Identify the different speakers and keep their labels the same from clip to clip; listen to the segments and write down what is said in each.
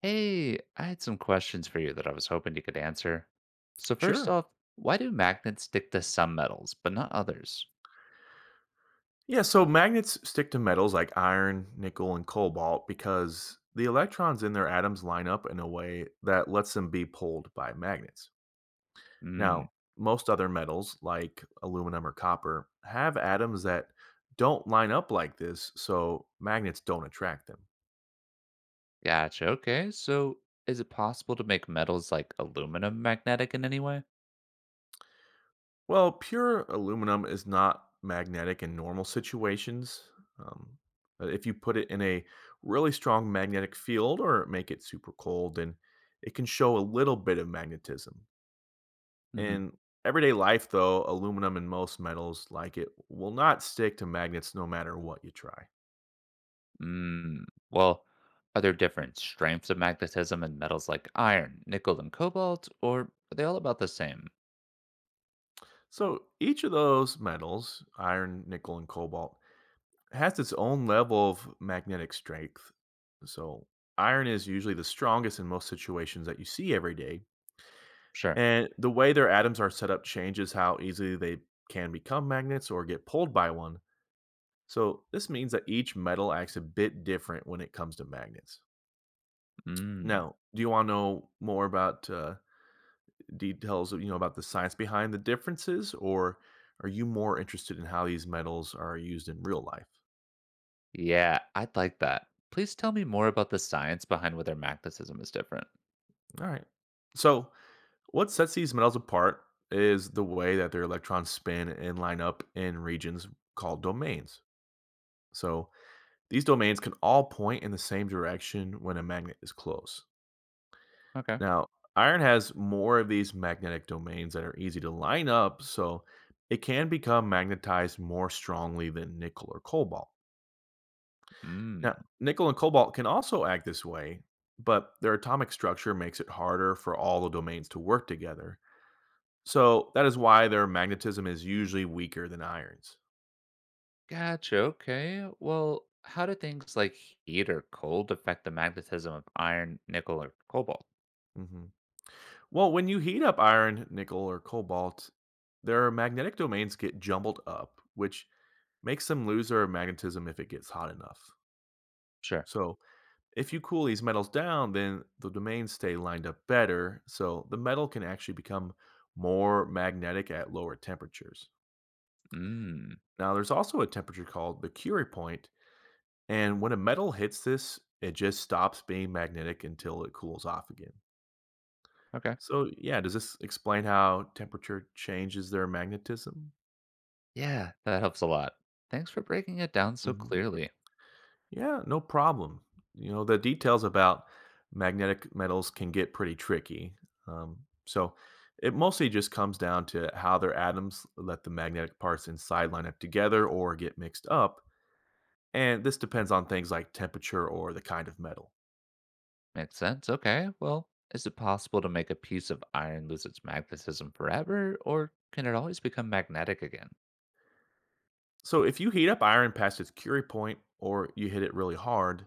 Speaker 1: Hey, I had some questions for you that I was hoping you could answer. So, first
Speaker 2: Sure.
Speaker 1: off, why do magnets stick to some metals but not others?
Speaker 2: Yeah, so magnets stick to metals like iron, nickel, and cobalt because the electrons in their atoms line up in a way that lets them be pulled by magnets.
Speaker 1: Hmm,
Speaker 2: Now, most other metals like aluminum or copper have atoms that don't line up like this, so magnets don't attract them.
Speaker 1: gotcha. Okay, so is it possible to make metals like aluminum magnetic in any way?
Speaker 2: Well, pure aluminum is not magnetic in normal situations. Um, but if you put it in a really strong magnetic field or make it super cold, then it can show a little bit of magnetism.
Speaker 1: Mm-hmm.
Speaker 2: In everyday life, though, aluminum and most metals like it will not stick to magnets no matter what you try.
Speaker 1: Mm, well, are there different strengths of magnetism in metals like iron, nickel, and cobalt, or are they all about the same?
Speaker 2: So each of those metals, iron, nickel, and cobalt, has its own level of magnetic strength. So, iron is usually the strongest in most situations that you see every day.
Speaker 1: Sure.
Speaker 2: And the way their atoms are set up changes how easily they can become magnets or get pulled by one. So, this means that each metal acts a bit different when it comes to magnets.
Speaker 1: Mm,
Speaker 2: Now, do you want to know more about details, of, you know, about the science behind the differences, or are you more interested in how these metals are used in real life?
Speaker 1: yeah, I'd like that. Please tell me more about the science behind whether magnetism is different.
Speaker 2: All right. So, what sets these metals apart is the way that their electrons spin and line up in regions called domains. So these domains can all point in the same direction when a magnet is close.
Speaker 1: Okay.
Speaker 2: Now, iron has more of these magnetic domains that are easy to line up, so it can become magnetized more strongly than nickel or cobalt. Now,
Speaker 1: Mm.
Speaker 2: nickel and cobalt can also act this way, but their atomic structure makes it harder for all the domains to work together. So that is why their magnetism is usually weaker than iron's.
Speaker 1: Gotcha. Okay. Well, how do things like heat or cold affect the magnetism of iron, nickel, or cobalt?
Speaker 2: Hmm. Well, when you heat up iron, nickel, or cobalt, their magnetic domains get jumbled up, which makes them lose their magnetism if it gets hot enough.
Speaker 1: Sure.
Speaker 2: So if you cool these metals down, then the domains stay lined up better, so the metal can actually become more magnetic at lower temperatures.
Speaker 1: Mm.
Speaker 2: Now, there's also a temperature called the Curie point, and when a metal hits this, it just stops being magnetic until it cools off again.
Speaker 1: Okay.
Speaker 2: So, yeah, does this explain how temperature changes their magnetism?
Speaker 1: Yeah, that helps a lot. Thanks for breaking it down so
Speaker 2: Mhm.
Speaker 1: clearly.
Speaker 2: Yeah, no problem. You know, the details about magnetic metals can get pretty tricky. So, it mostly just comes down to how their atoms let the magnetic parts inside line up together or get mixed up. And this depends on things like temperature or the kind of metal.
Speaker 1: Makes sense. Okay. Well, is it possible to make a piece of iron lose its magnetism forever, or can it always become magnetic again?
Speaker 2: So, if you heat up iron past its Curie point or you hit it really hard,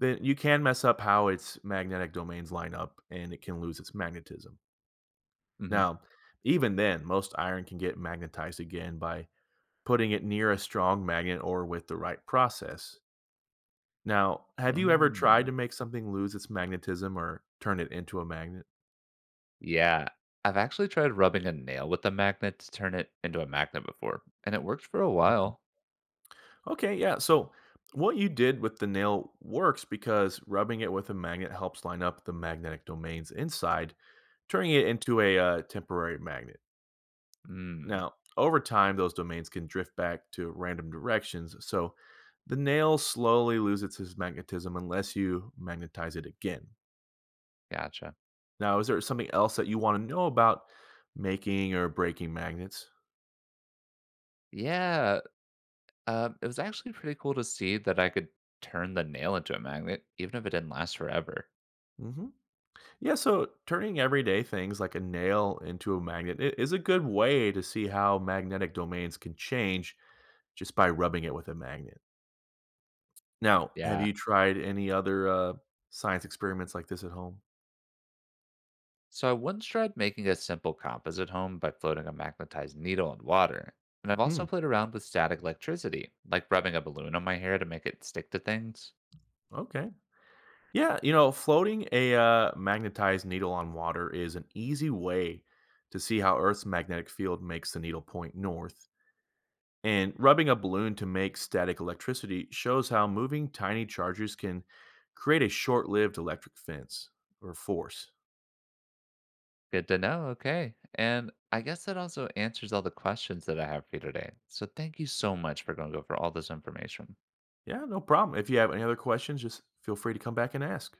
Speaker 2: then you can mess up how its magnetic domains line up and it can lose its magnetism.
Speaker 1: Hmm.
Speaker 2: Now, even then, most iron can get magnetized again by putting it near a strong magnet or with the right process. Now, have you ever tried
Speaker 1: Mm.
Speaker 2: to make something lose its magnetism or turn it into a magnet?
Speaker 1: Yeah. I've actually tried rubbing a nail with a magnet to turn it into a magnet before, and it worked for a while.
Speaker 2: Okay, yeah. So, what you did with the nail works because rubbing it with a magnet helps line up the magnetic domains inside, turning it into a temporary magnet.
Speaker 1: Mm.
Speaker 2: Now, over time, those domains can drift back to random directions, so the nail slowly loses its magnetism unless you magnetize it again.
Speaker 1: Gotcha.
Speaker 2: Now, is there something else that you want to know about making or breaking magnets?
Speaker 1: Yeah, it was actually pretty cool to see that I could turn the nail into a magnet, even if it didn't last forever.
Speaker 2: Hmm. Yeah, so turning everyday things like a nail into a magnet is a good way to see how magnetic domains can change just by rubbing it with a magnet. Now, have
Speaker 1: Yeah.
Speaker 2: you tried any other science experiments like this at home?
Speaker 1: So I once tried making a simple composite home by floating a magnetized needle in water. And I've
Speaker 2: Hmm.
Speaker 1: also played around with static electricity, like rubbing a balloon on my hair to make it stick to things.
Speaker 2: Okay. Yeah, you know, floating a magnetized needle on water is an easy way to see how Earth's magnetic field makes the needle point north. And rubbing a balloon to make static electricity shows how moving tiny charges can create a short lived electric fence or force.
Speaker 1: Good to know. Okay. And I guess that also answers all the questions that I have for you today. So thank you so much for going over all this information.
Speaker 2: Yeah, no problem. If you have any other questions, just feel free to come back and ask.